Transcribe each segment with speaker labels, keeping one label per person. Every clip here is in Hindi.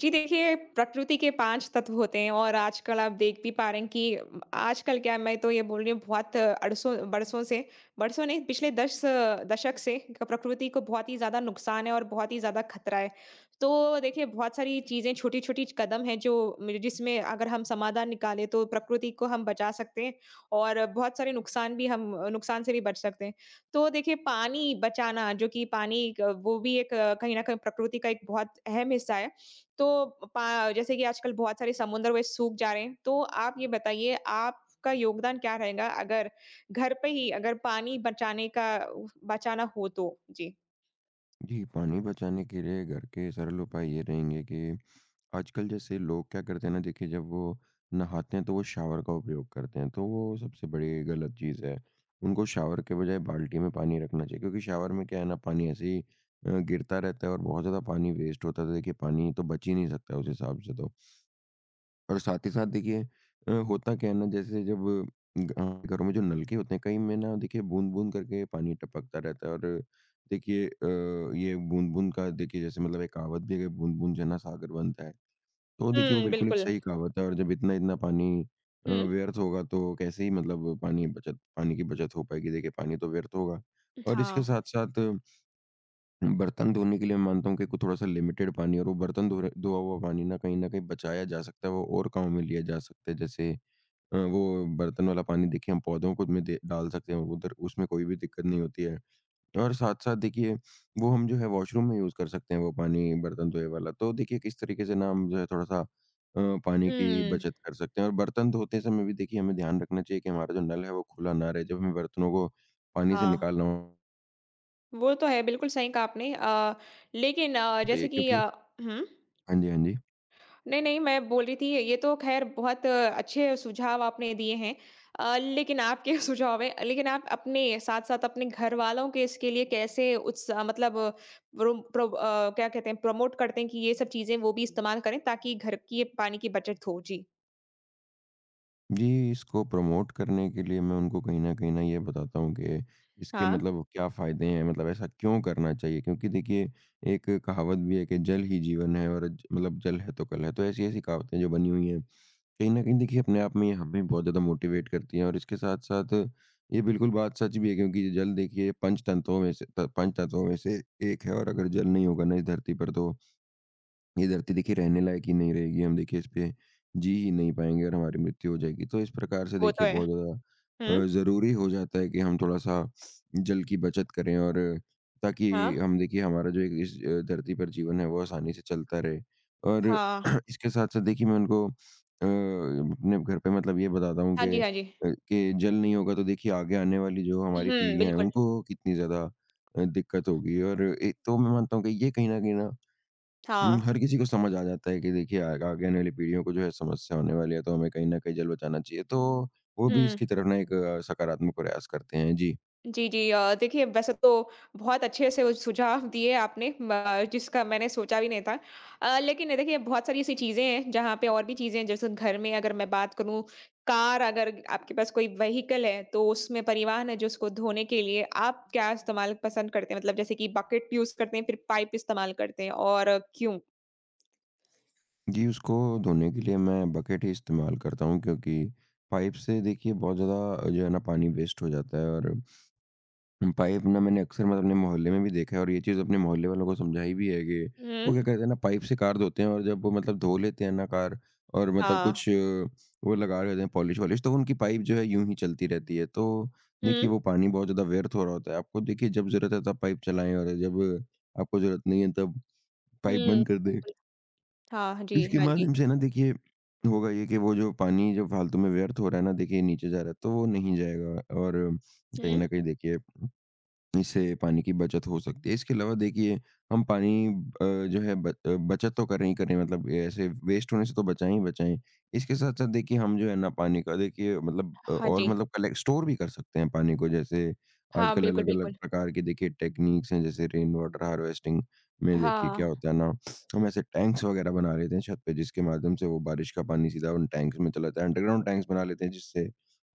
Speaker 1: जी देखिए, प्रकृति के 5 तत्व होते हैं और आजकल आप देख भी पा रहे हैं कि आजकल क्या, मैं तो ये बोल रही हूँ बहुत अरसों बरसों से, बरसों नहीं, पिछले 10 दशक से प्रकृति को बहुत ही ज़्यादा नुकसान है और बहुत ही ज़्यादा खतरा है। तो देखिए बहुत सारी चीज़ें, छोटी-छोटी कदम हैं जो जिसमें अगर हम समाधान निकालें तो प्रकृति को हम बचा सकते हैं और बहुत सारे नुकसान भी हम, नुकसान से भी बच सकते हैं। तो देखिए पानी बचाना, जो कि पानी क वो भी एक कहीं न कहीं प्रकृति का एक बहुत अहम हिस्सा है। तो पा जैसे कि आजकल बहुत सारे समुद्र वे सूख जा रहे हैं, तो आप ये बताइए आपका योगदान क्या रहेगा, अगर घर पे ही अगर पानी बचाने का बचाना हो तो? जी।
Speaker 2: जी, पानी बचाने के लिए घर के सरल उपाय ये रहेंगे कि आजकल जैसे लोग क्या करते हैं ना, देखिए, जब वो नहाते हैं तो वो शावर का उपयोग करते हैं, तो वो सबसे बड़ी गलत चीज़ है। उनको शावर के बजाय बाल्टी में पानी रखना चाहिए, क्योंकि शावर में क्या है ना, पानी ऐसे ही गिरता रहता है और बहुत ज़्यादा पानी वेस्ट होता है, तो देखिए, पानी तो बच ही नहीं सकता उस हिसाब से तो। और साथ ही साथ देखिए, होता क्या है ना, जैसे जब घरों में जो नलके होते हैं, कई में ना, देखिए, बूंद बूंद करके पानी टपकता रहता है, और देखिए, ये बूंद बूंद का, देखिए, जैसे मतलब एक कहावत भी है कि बूंद बूंद जना सागर बनता है। तो देखिए, वो
Speaker 1: हुँ,
Speaker 2: बिल्कुल एक
Speaker 1: बिल्कुल।
Speaker 2: सही कहावत है, और जब इतना इतना पानी
Speaker 1: हुँ,
Speaker 2: व्यर्थ होगा, तो कैसे ही मतलब पानी की बचत हो पाएगी? देखिए, पानी तो व्यर्थ होगा। और इसके
Speaker 1: हाँ।
Speaker 2: साथ साथ बर्तन धोने के लिए मैं मानता हूँ कि को थोड़ा-सा लिमिटेड पानी, और वो बर्तन धो रहे धोआ हुआ पानी ना कहीं न कहीं बचाया जा सकता है, वो और कामों में लिया जा सकता है। जैसे, वो बर्तन वाला पानी, देखिए, हम पौधों को में दे डाल सकते हैं, उधर उसमें कोई भी दिक्कत नहीं होती है। और साथ-साथ देखिए, वो हम जो है वॉशरूम में यूज़ कर सकते हैं, वो पानी बर्तन धोए वाला। तो देखिए, किस तरीके से ना हम जो है थोड़ा-सा पानी की
Speaker 1: हुँ,
Speaker 2: बचत कर सकते हैं। और बर्तन धोते समय भी देखिए, हमें ध्यान रखना चाहिए कि हमारा जो नल है वो खुला ना रहे, जब हमें बर्तनों को पानी से
Speaker 1: हाँ,
Speaker 2: निकालना
Speaker 1: वो तो है, बिल्कुल सही कहा आपने। लेकिन जैसे
Speaker 2: चाहिए,
Speaker 1: कि
Speaker 2: क्योंकि।
Speaker 1: हुँ?
Speaker 2: हाँ जी, हाँ जी।
Speaker 1: नहीं, नहीं, मैं बोल रही थी ये तो ख़ैर, बहुत अच्छे सुझाव आपने दिए हैं। लेकिन आपके सुझाव हैं, लेकिन आप अपने साथ-साथ अपने घरवालों के इसके लिए कैसे उत्सा मतलब मतलब प्रो प्रो अ, क्या कहते हैं, प्रमोट करते हैं कि ये सब चीज़ें वो भी इस्तेमाल करें ताकि घर की ये पानी की बचत हो? जी।
Speaker 2: जी, इसको प्रमोट करने के लिए मैं उनको कहीं न ये बताता हूँ कि इसके
Speaker 1: हाँ,
Speaker 2: मतलब क्या फ़ायदे हैं, मतलब ऐसा क्यों करना चाहिए? क्योंकि देखिए, एक कहावत भी है कि जल ही जीवन है, और ज मतलब जल है तो कल है। तो ऐसी-ऐसी कहावतें जो बनी हुई हैं, कहीं न कहीं देखिए, अपने आप में ये हमें बहुत ज़्यादा मोटिवेट करती हैं। और इसके साथ-साथ ये बिल्कुल बात सच भी है, क्योंकि ये जल देखिए पंच तत्वों में से एक है। और अगर जल नहीं होगा ना इस धरती पर, तो ये धरती देखिए रहने लायक ही नहीं रहेगी, हम देखिए इस पे जी ही नहीं पाएँगे, और हमारी मृत्यु हो जाएगी। तो इस प्रकार से
Speaker 1: वो तो
Speaker 2: देखिए
Speaker 1: है।
Speaker 2: बहुत ज़्यादा
Speaker 1: हुँ,
Speaker 2: ज़रूरी हो जाता है कि हम थोड़ा-सा जल की बचत करें, और ताकि
Speaker 1: हाँ,
Speaker 2: हम देखिए हमारा जो एक इस धरती पर जीवन है, वो आसानी से चलता रहे। और
Speaker 1: हाँ।
Speaker 2: इसके साथ-साथ देखिए मैं उनको अपने घर पे मतलब ये बताता हूँ
Speaker 1: हाँ
Speaker 2: कि
Speaker 1: जी, हाँ जी।
Speaker 2: जल नहीं होगा तो देखिए आगे आने वाली जो हमारी
Speaker 1: हुँ,
Speaker 2: पीढ़ियाँ हैं,
Speaker 1: बिल्कुल।
Speaker 2: उनको कितनी ज़्यादा दिक्कत होगी। और एक तो मैं मानता हूँ कि ये कहीं न कहीं ना
Speaker 1: हाँ,
Speaker 2: हर किसी को समझ आ जाता है कि देखिए आग आगे आने वाली पीढ़ियों को जो है समस्या होने वाली है, तो हमें कहीं न कहीं जल बचाना चाहिए। तो वो भी
Speaker 1: हुँ।
Speaker 2: इसकी तरफ ना एक सकारात्मक प्रयास करते हैं। जी।
Speaker 1: जी, जी। देखिए वैसे तो बहुत अच्छे से वो सुझाव दिए आपने, म जिसका मैंने सोचा भी नहीं था। लेकिन देखिए बहुत सारी ऐसी चीज़ें हैं जहाँ पे और भी चीज़ें हैं, जैसे घर में अगर मैं बात करूँ, कार, अगर आपके पास कोई व्हीकल है तो उसमें परिवहन है, जो उसको धोने के लिए आप क्या इस्तेमाल पसंद करते हैं? मतलब जैसे कि बकेट यूज़ करते हैं, फिर पाइप इस्तेमाल करते हैं, और क्यों?
Speaker 2: जी, उसको धोने के लिए मैं बकेट ही इस्तेमाल करता हूँ, क्योंकि पाइप से देखिए बहुत ज़्यादा जो है ना पानी वेस्ट हो जाता है। और पाइप ना मैंने अक्सर मतलब अपने मोहल्ले में भी देखा है, और ये चीज़ अपने मोहल्ले वालों को समझाई भी है कि वो
Speaker 1: हुँ।
Speaker 2: क्या करते हैं ना, पाइप से कार धोते हैं, और जब वो मतलब धो लेते हैं ना कार, और मतलब
Speaker 1: हाँ।
Speaker 2: कुछ वो लगा रहे होते हैं पॉलिश वॉलिश, तो उनकी पाइप जो है यूं ही चलती रहती है। तो
Speaker 1: हुँ,
Speaker 2: देखिए वो पानी बहुत ज़्यादा व्यर्थ हो रहा होता है। आपको देखिए जब ज़रूरत है तब पाइप चलाएं, और जब आपको ज़रूरत नहीं है तब
Speaker 1: हुँ।
Speaker 2: पाइप बंद कर दें।
Speaker 1: बिल्कुल। हाँ जी,
Speaker 2: इसके
Speaker 1: हाँ जी।
Speaker 2: माध्यम से ना देखिए होगा ये कि वो जो पानी जो फालतू में व्यर्थ हो रहा है ना देखिए नीचे जा रहा है, तो वो नहीं जाएगा, और कहीं
Speaker 1: हुँ।
Speaker 2: ना कहीं देखिए इससे पानी की बचत हो सकती है। इसके अलावा देखिए हम पानी जो है बचत तो करें ही करें, मतलब ये ऐसे वेस्ट होने से तो बचाएँ ही बचाएँ। इसके साथ-साथ देखिए हम जो है ना पानी का देखिए मतलब
Speaker 1: हाँ
Speaker 2: और
Speaker 1: जी।
Speaker 2: मतलब कलेक्ट स्टोर भी कर सकते हैं पानी को। जैसे
Speaker 1: हाँ,
Speaker 2: आजकल
Speaker 1: बिल्कुल,
Speaker 2: अलग-अलग
Speaker 1: बिल्कुल।
Speaker 2: प्रकार के देखिए टेक्नीक्स हैं, जैसे रेन वाटर हार्वेस्टिंग में देखिए क्या
Speaker 1: हाँ।
Speaker 2: होता है ना, हम ऐसे टैंक्स वगैरह बना लेते हैं छत पे, जिसके माध्यम से वो बारिश का पानी सीधा उन टैंक्स में चला जाता है। अंडरग्राउंड टैंक्स बना लेते हैं जिससे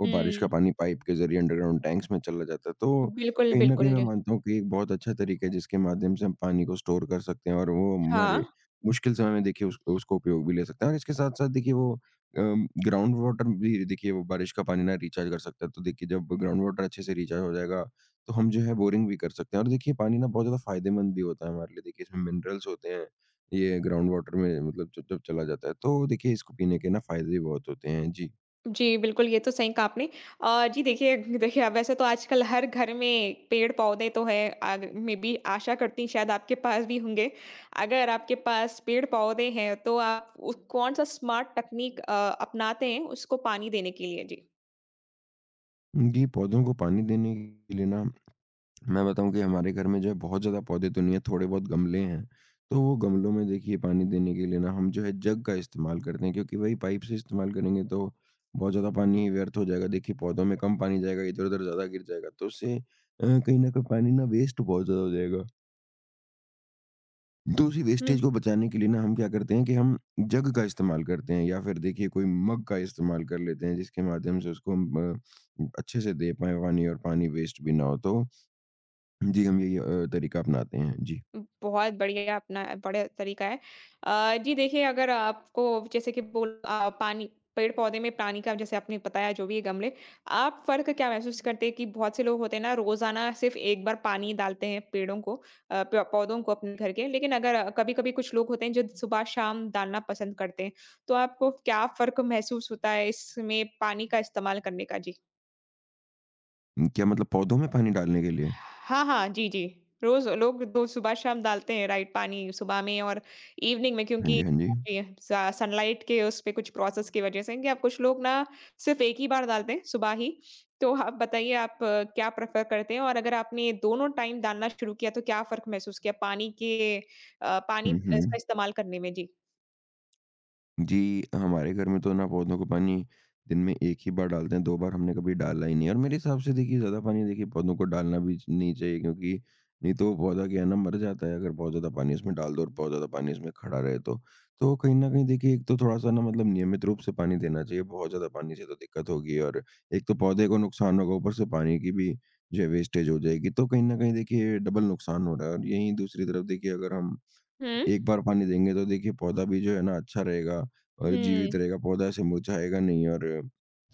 Speaker 2: वो बारिश का
Speaker 1: हुँ।
Speaker 2: पानी पाइप के ज़रिए अंडरग्राउंड टैंक्स में चला जाता है। तो
Speaker 1: बिल्कुल,
Speaker 2: कहीं न कहीं मैं
Speaker 1: बिल्कुल।
Speaker 2: मानता हूँ कि एक बहुत अच्छा तरीका है जिसके माध्यम से हम पानी को स्टोर कर सकते हैं, और वो
Speaker 1: हाँ,
Speaker 2: हमारे मुश्किल समय में देखिए उस उसको उपयोग भी ले सकते हैं। और इसके साथ-साथ देखिए वो ग्राउंड वाटर भी देखिए वो बारिश का पानी ना रिचार्ज कर सकता है, तो देखिए जब ग्राउंड वाटर अच्छे से रिचार्ज हो जाएगा, तो हम जो है बोरिंग भी कर सकते हैं। और देखिए पानी ना बहुत ज़्यादा फ़ायदेमंद भी होता है हमारे लिए, देखिए इसमें मिनरल्स होते हैं, ये ग्राउंड वाटर में मतलब जब जब चला जाता है, तो देखिए इसको पीने के ना फ़ायदे भी बहुत होते हैं। जी।
Speaker 1: जी, बिल्कुल, ये तो सही कहा आपने। जी देखिए, देखिए, अब वैसे तो आजकल हर घर में पेड़-पौधे तो हैं, अग मैं भी आशा करती हूँ शायद आपके पास भी होंगे। अगर आपके पास पेड़-पौधे हैं, तो आप उस कौन-सा स्मार्ट तकनीक अपनाते हैं उसको पानी देने के लिए? जी।
Speaker 2: जी, पौधों को पानी देने के लिए ना मैं बताऊँ कि हमारे घर में जो है बहुत ज़्यादा पौधे तो नहीं है, थोड़े बहुत गमले हैं। तो वो गमलों में देखिए पानी देने के लिए ना हम जो है जग का इस्तेमाल करते हैं, क्योंकि वही पाइप से इस्तेमाल करेंगे तो बहुत ज़्यादा पानी ही व्यर्थ हो जाएगा। देखिए पौधों में कम पानी जाएगा, इधर-उधर ज़्यादा गिर जाएगा, तो उससे कहीं न कहीं पानी ना वेस्ट बहुत ज़्यादा हो जाएगा। तो उसी वेस्टेज को बचाने के लिए ना हम क्या करते हैं कि हम जग का इस्तेमाल करते हैं, या फिर देखिए कोई मग का इस्तेमाल कर लेते हैं, जिसके माध्यम से उसको हम अच्छे से दे पाएँ पानी, और पानी वेस्ट भी ना हो। तो जी, हम यही तरीका अपनाते हैं। जी।
Speaker 1: बहुत बढ़िया, अपना बड़ा तरीका है। जी देखिए, अगर आपको जैसे कि पानी, पेड़-पौधे में पानी का जैसे आपने बताया जो भी ये गमले, आप फ़र्क क्या महसूस करते हैं कि बहुत से लोग होते हैं ना रोज़ाना सिर्फ़ एक बार पानी डालते हैं पेड़ों को, अ, प पौधों को अपने घर के। लेकिन अगर कभी-कभी कुछ लोग होते हैं जो सुबह-शाम डालना पसंद करते हैं, तो आपको क्या फ़र्क महसूस होता है इसमें पानी का इस्तेमाल करने का? जी।
Speaker 2: क्या मतलब पौधों में पानी डालने के लिए?
Speaker 1: हाँ, हाँ। जी, जी। रोज़ लोग दो, सुबह शाम डालते हैं, राइट, पानी सुबह में और इवनिंग में,
Speaker 2: हाँ
Speaker 1: क्योंकि
Speaker 2: जी, हाँ जी।
Speaker 1: ये सा सनलाइट के उस पे कुछ प्रोसेस की वज़ह से कि आप, कुछ लोग ना सिर्फ़ एक ही बार डालते हैं सुबह ही। तो आप बताइए आप क्या प्रेफ़र करते हैं? और अगर आपने दोनों टाइम डालना शुरू किया तो क्या फ़र्क महसूस किया पानी के पानी
Speaker 2: हुँ,
Speaker 1: इसका
Speaker 2: हुँ।
Speaker 1: इस्तेमाल करने में? जी।
Speaker 2: जी, हमारे घर में तो ना पौधों को पानी दिन में एक ही बार डालते हैं, 2 बार हमने कभी डाला ही नहीं है। और मेरे हिसाब से देखिए ज़्यादा पानी देखिए पौधों को डालना भी च नहीं चाहिए, क्योंकि नहीं तो वो पौधा क्या है ना मर जाता है, अगर बहुत ज़्यादा पानी उसमें डाल दो और बहुत ज़्यादा पानी उसमें खड़ा रहे तो। तो कहीं न कहीं देखिए एक तो थोड़ा-सा ना मतलब नियमित रूप से पानी देना चाहिए, बहुत ज़्यादा पानी से तो दिक्कत होगी, और एक तो पौधे को नुकसान होगा, ऊपर से पानी की भी जो है वेस्टेज हो जाएगी, तो कहीं न कहीं देखिए डबल नुकसान हो रहा है। और यहीं दूसरी तरफ देखिए अगर हम
Speaker 1: हुँ।
Speaker 2: एक बार पानी देंगे तो देखिए पौधा भी जो है ना अच्छा रहेगा और जीवित
Speaker 1: हुँ,
Speaker 2: रहेगा, पौधा ऐसे मुरझाएगा नहीं, और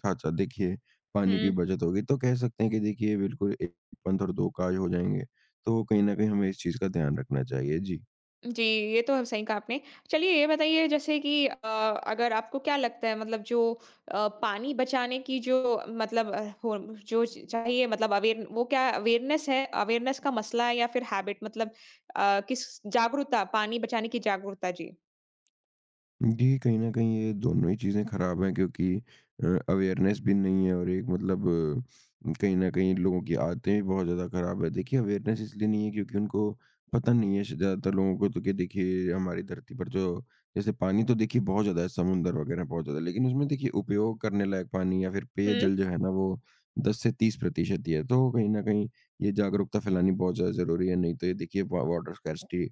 Speaker 2: साथ-साथ देखिए पानी की
Speaker 1: हुँ।
Speaker 2: बचत होगी। तो कह सकते हैं कि देखिए बिल्कुल एक पंथ और दो काज हो जाएँगे। तो कहीं न कहीं हमें इस चीज़ का ध्यान रखना चाहिए। जी।
Speaker 1: जी, ये तो है, सही कहा आपने। चलिए ये बताइए जैसे कि अगर आपको क्या लगता है, मतलब जो पानी बचाने की जो मतलब हो जो च चाहिए, मतलब अवेयर वो क्या अवेयरनेस है? अवेयरनेस का मसला है या फिर हैबिट, मतलब किस जागरूकता, पानी बचाने की जागरूकता? जी।
Speaker 2: जी, कहीं न कहीं ये दोनों ही चीज़ें खराब हैं, क्योंकि अवेयरनेस भी नहीं है, और एक मतलब कहीं न कहीं लोगों की आदतें भी बहुत ज़्यादा खराब है। देखिए अवेयरनेस इसलिए नहीं है क्योंकि उनको पता नहीं है श ज़्यादातर लोगों को तो, कि देखिए हमारी धरती पर जो जैसे पानी तो देखिए बहुत ज़्यादा है, समुद्र वग़ैरह बहुत ज़्यादा है। लेकिन उसमें देखिए उपयोग करने लायक पानी या फिर
Speaker 1: हुँ,
Speaker 2: पेयजल जो है ना वो 10 से 30% ही है। तो कहीं न कहीं ये जागरूकता फैलानी बहुत ज़्यादा ज़रूरी है, नहीं तो ये देखिए वा वाटर स्कैर्सिटी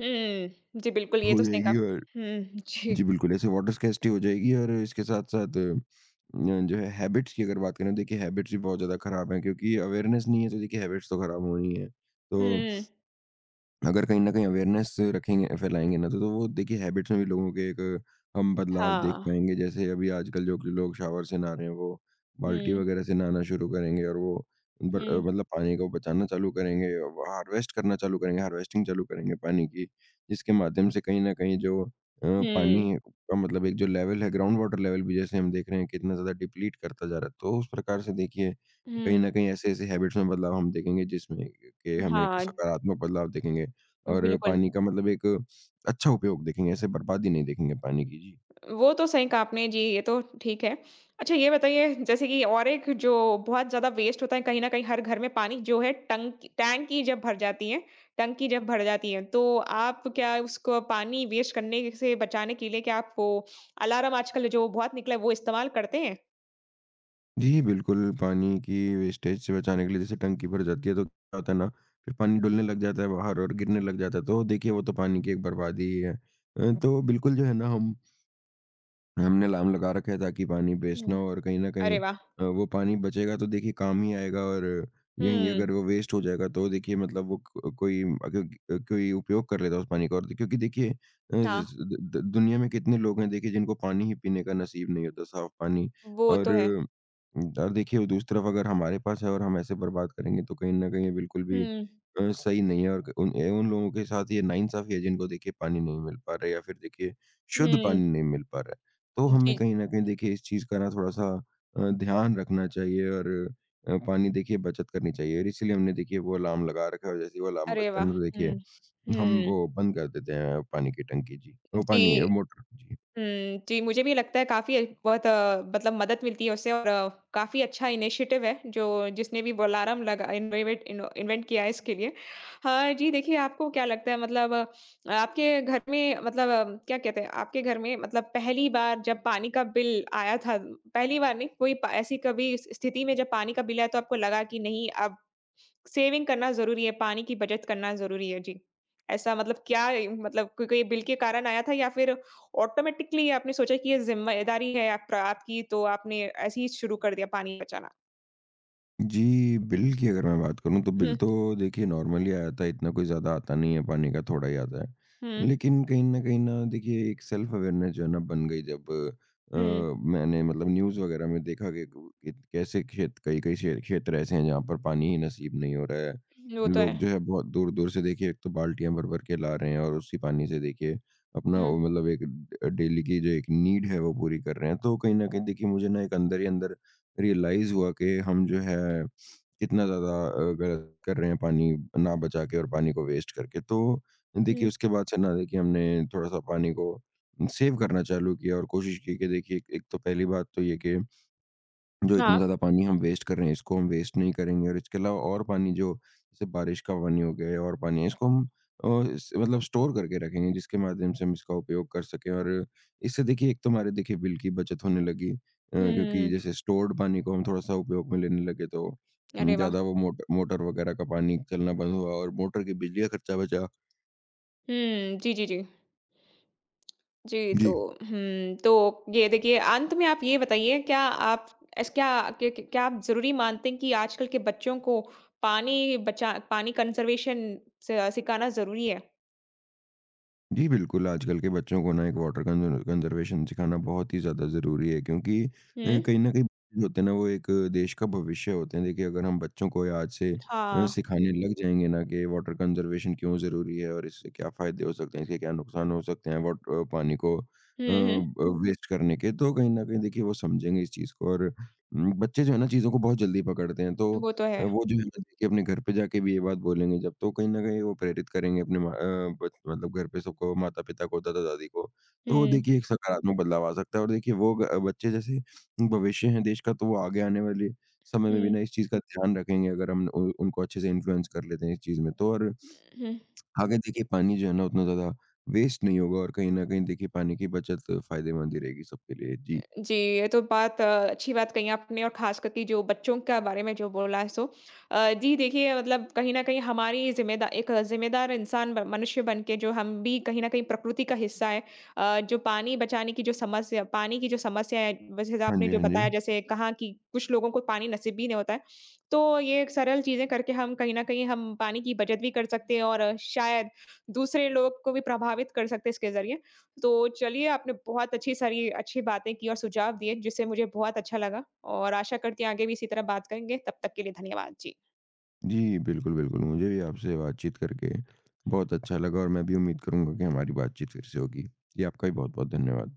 Speaker 1: हुँ। जी, बिल्कुल, ये
Speaker 2: हो
Speaker 1: तो सही कहा।
Speaker 2: जाएगी। और
Speaker 1: हुँ, जी।
Speaker 2: जी, बिल्कुल, ऐसे वाटर स्कैर्सिटी हो जाएगी। और इसके साथ-साथ जो है हैबिट्स की अगर बात करें तो देखिए हैबिट्स भी बहुत ज़्यादा खराब हैं, क्योंकि अवेयरनेस नहीं है तो देखिए हैबिट्स तो खराब होनी ही हैं। तो
Speaker 1: हुँ,
Speaker 2: अगर कहीं न कहीं अवेयरनेस रखेंगे फैलाएँगे ना, तो वो देखिए हैबिट्स में भी लोगों के एक हम बदलाव देख
Speaker 1: हाँ।
Speaker 2: पाएँगे। जैसे अभी आजकल जो कि लोग शावर से नहा रहे हैं, वो बाल्टी
Speaker 1: हुँ,
Speaker 2: वगैरह से नहाना शुरू करेंगे, और वो
Speaker 1: हुँ,
Speaker 2: मतलब पानी को बचाना चालू करेंगे, व हार्वेस्ट करना चालू करेंगे, हार्वेस्टिंग चालू करेंगे पानी की। जिसके माध्यम से कहीं न कहीं जो
Speaker 1: हुँ,
Speaker 2: पानी का मतलब एक जो लेवल है, ग्राउंड वाटर लेवल भी जैसे हम देख रहे हैं कितना ज़्यादा डिप्लीट करता जा रहा है। तो उस प्रकार से देखिए कहीं
Speaker 1: हुँ।
Speaker 2: न कहीं ऐसे-ऐसे हैबिट्स में बदलाव हम देखेंगे जिसमें कि हमें एक
Speaker 1: हाँ,
Speaker 2: सकारात्मक बदलाव देखेंगे। और
Speaker 1: बिल्कुल।
Speaker 2: पानी का मतलब एक अच्छा उपयोग देखेंगे, ऐसे बर्बादी नहीं देखेंगे पानी की। जी।
Speaker 1: वो तो सही कहा आपने जी, ये तो ठीक है। अच्छा ये बताइए, जैसे कि और एक जो बहुत ज़्यादा वेस्ट होता है कहीं न कहीं हर घर में, पानी जो है, टंक टैंकी जब भर जाती है, टंकी जब भर जाती है, तो आप क्या उसको पानी वेस्ट करने से बचाने के लिए, क्या आप वो अलार्म आजकल जो बहुत निकला है वो इस्तेमाल करते हैं?
Speaker 2: जी, बिल्कुल, पानी की वेस्टेज से बचाने के लिए जैसे टंकी भर जाती है तो क्या होता है ना, फिर पानी डुलने लग जाता है बाहर और गिरने लग जाता है, तो देखिए वो तो पानी की एक बर्बादी ही है। तो बिल्कुल जो है ना हम हमने अलार्म लगा रखा है ताकि पानी वेस्ट ना
Speaker 1: हुँ,
Speaker 2: हो। और कहीं न
Speaker 1: अरे
Speaker 2: कहीं
Speaker 1: वाह!
Speaker 2: वो पानी बचेगा तो देखिए काम ही आएगा, और यहीं
Speaker 1: हुँ,
Speaker 2: अगर वो वेस्ट हो जाएगा तो देखिए, मतलब वो कोई उपयोग कर लेगा उस पानी का। और क्योंकि देखिए
Speaker 1: हाँ,
Speaker 2: ज द द दुनिया में कितने लोग हैं देखिए, जिनको पानी ही पीने का नसीब नहीं होता, साफ पानी।
Speaker 1: वो
Speaker 2: और
Speaker 1: तो है।
Speaker 2: और देखिए वो दूसरी तरफ अगर हमारे पास है और हम ऐसे बर्बाद करेंगे, तो कहीं न कहीं ये बिल्कुल भी
Speaker 1: हुँ,
Speaker 2: सही नहीं है। और क उन ए उन लोगों के साथ ये नाइंसाफ़ी है, जिनको देखिए पानी नहीं मिल पा रहा है, या फिर देखिए शुद्ध
Speaker 1: हुँ,
Speaker 2: पानी नहीं मिल पा रहा है। तो हमें
Speaker 1: जी,
Speaker 2: कहीं न कहीं देखिए इस चीज़ का ना थोड़ा-सा ध्यान रखना चाहिए, और पानी देखिए बचत करनी चाहिए। और इसीलिए हमने देखिए वो अलार्म लगा रखा है, और जैसे ही वो अलार्म
Speaker 1: अरे
Speaker 2: बजता
Speaker 1: वाह!
Speaker 2: है ना, तो देखिए
Speaker 1: हुँ,
Speaker 2: हम
Speaker 1: हुँ,
Speaker 2: वो बंद कर देते हैं, पानी की टंकी, जी, वो
Speaker 1: जी।
Speaker 2: पानी, मोटर। जी।
Speaker 1: हुँ, जी, मुझे भी लगता है काफ़ी बहुत मतलब मदद मिलती है उससे, और काफ़ी अच्छा इनिशिएटिव है, जो जिसने भी वोलारम लगा इन्वेवेट इनो इन्वेंट किया है इसके लिए। हाँ जी, देखिए आपको क्या लगता है, मतलब आपके घर में, मतलब क्या कहते हैं, आपके घर में मतलब पहली बार जब पानी का बिल आया था, पहली बार नहीं, कोई प ऐसी कभी इस स्थिति में जब पानी का बिल आया तो आपको लगा कि नहीं, अब सेविंग करना ज़रूरी है, पानी की बचत करना ज़रूरी है। जी। ऐसा, मतलब क्या मतलब कोई कोई बिल के कारण आया था या फिर ऑटोमैटिकली आपने सोचा कि ये ज़िम्मेदारी है, आप आपकी, तो आपने ऐसे ही शुरू कर दिया पानी बचाना?
Speaker 2: जी, बिल की अगर मैं बात करूँ तो बिल
Speaker 1: हुँ,
Speaker 2: तो देखिए नॉर्मली आया था, इतना कोई ज़्यादा आता नहीं है, पानी का थोड़ा ही आता है।
Speaker 1: हुँ,
Speaker 2: लेकिन कहीं न कहीं ना देखिए एक सेल्फ अवेयरनेस जो है ना बन गई, जब अ,
Speaker 1: हुँ।
Speaker 2: मैंने मतलब न्यूज़ वग़ैरह में देखा कि क इत कैसे खेत कई-कई क्षेत्र ऐसे हैं जहाँ पर पानी ही नसीब नहीं हो रहा है।
Speaker 1: वो तो
Speaker 2: लोग
Speaker 1: है।
Speaker 2: जो है बहुत दूर-दूर से देखिए, एक तो बाल्टियाँ भर-भर के ला रहे हैं, और उसी पानी से देखिए अपना
Speaker 1: हुँ,
Speaker 2: वो मतलब एक डेली की जो एक नीड है, वो पूरी कर रहे हैं। तो कहीं न कहीं देखिए मुझे ना एक अंदर ही अंदर रियलाइज़ हुआ कि हम जो है कितना ज़्यादा गलत कर रहे हैं, पानी ना बचा के और पानी को वेस्ट करके। तो
Speaker 1: हुँ।
Speaker 2: देखिए उसके बाद से ना देखिए हमने थोड़ा-सा पानी को सेव करना चालू किया, और कोशिश की कि देखिए एक एक तो पहली बात तो ये कि जो इतना
Speaker 1: हाँ।
Speaker 2: ज़्यादा पानी हम वेस्ट कर रहे हैं, इसको हम वेस्ट नहीं करेंगे। और इसके अलावा और पानी जो, जैसे बारिश का पानी हो गया या और पानी है, इसको हम अ, इस मतलब स्टोर करके रखेंगे, जिसके माध्यम से हम इसका उपयोग कर सकें। और इससे देखिए एक तो हमारे देखिए बिल की बचत होने लगी, क्योंकि
Speaker 1: हुँ।
Speaker 2: जैसे स्टोर्ड पानी को हम थोड़ा-सा उपयोग में लेने लगे, तो
Speaker 1: अरे वाह!
Speaker 2: ज़्यादा वो मोटर वगैरह का पानी चलना बंद हुआ, और मोटर की बिजली का खर्चा बचा।
Speaker 1: हुँ, जी, जी, जी। जी,
Speaker 2: जी।
Speaker 1: तो हुँ, तो ये देखिए अंत में आप ये बताइए, क्या आप ऐस क्या क्या क्या आप ज़रूरी मानते हैं कि आजकल के बच्चों को पानी कंज़र्वेशन स सिखाना ज़रूरी है?
Speaker 2: जी, बिल्कुल, आजकल के बच्चों को ना एक वाटर कंज़र्वेशन सिखाना बहुत ही ज़्यादा ज़रूरी है, क्योंकि
Speaker 1: हुँ,
Speaker 2: कहीं न कहीं बच्चे होते हैं ना, वो एक देश का भविष्य होते हैं। देखिए अगर हम बच्चों को आज से
Speaker 1: हाँ।
Speaker 2: सिखाने लग जाएँगे ना कि वाटर कंज़र्वेशन क्यों ज़रूरी है, और इससे क्या फ़ायदे हो सकते हैं, इसके क्या नुकसान हो सकते हैं पानी को अ,
Speaker 1: हुँ, हुँ।
Speaker 2: ब वेस्ट करने के, तो कहीं न कहीं देखिए वो समझेंगे इस चीज़ को। और बच्चे जो है ना, चीज़ों को बहुत जल्दी पकड़ते हैं। तो
Speaker 1: वो तो है।
Speaker 2: वो जो है जी। ना देखिए अपने घर पे जाके भी ये बात बोलेंगे जब, तो कहीं न कहीं वो प्रेरित करेंगे अपने मा अ, बच मतलब घर पे सबको, माता-पिता को, दादा-दादी को। तो
Speaker 1: हुँ,
Speaker 2: देखिए एक सकारात्मक बदलाव आ सकता है। और देखिए वो ग बच्चे जैसे भविष्य हैं देश का, तो वो आगे आने वाले समय में भी
Speaker 1: हुँ,
Speaker 2: ना इस चीज़ का ध्यान रखेंगे, अगर हम उ उनको अच्छे से इन्फ्लुएंस कर लेते हैं इस चीज़ में तो। और
Speaker 1: हुँ।
Speaker 2: आगे देखिए पानी जो है ना उतना ज़्यादा वेस्ट नहीं होगा, और कहीं न कहीं देखिए पानी की बचत फ़ायदेमंद ही रहेगी सबके लिए। जी।
Speaker 1: जी, ये तो बात अच्छी बात कही आपने, और ख़ास करके जो बच्चों का बारे में जो बोला है, सो जी देखिए, मतलब कहीं न कहीं हमारी ज़िम्मेदा एक ज़िम्मेदार इंसान ब मनुष्य बन के, जो हम भी कहीं न कहीं प्रकृति का हिस्सा है। जो पानी बचाने की जो समस्या, पानी की जो समस्या है, वैसे तो
Speaker 2: हाँ
Speaker 1: आपने
Speaker 2: जी,
Speaker 1: जो
Speaker 2: हाँ जी।
Speaker 1: बताया, जैसे कहा कि कुछ लोगों को पानी नसीब भी नहीं होता है। तो ये एक सरल चीज़ें करके हम कहीं न कहीं, हम पानी की बचत भी कर सकते हैं और शायद दूसरे लोग को भी प्रभावित कर सकते हैं इसके ज़रिए। तो चलिए, आपने बहुत अच्छी सारी अच्छी बातें की और सुझाव दिए, जिससे मुझे बहुत अच्छा लगा और आशा करती हूँ आगे भी इसी तरह बात करेंगे। तब तक के लिए धन्यवाद। जी।
Speaker 2: जी, बिल्कुल, बिल्कुल। मुझे भी आपसे बातचीत करके बहुत अच्छा लगा, और मैं भी उम्मीद करूँगा कि हमारी बातचीत फिर से होगी। जी, आपका भी बहुत-बहुत धन्यवाद।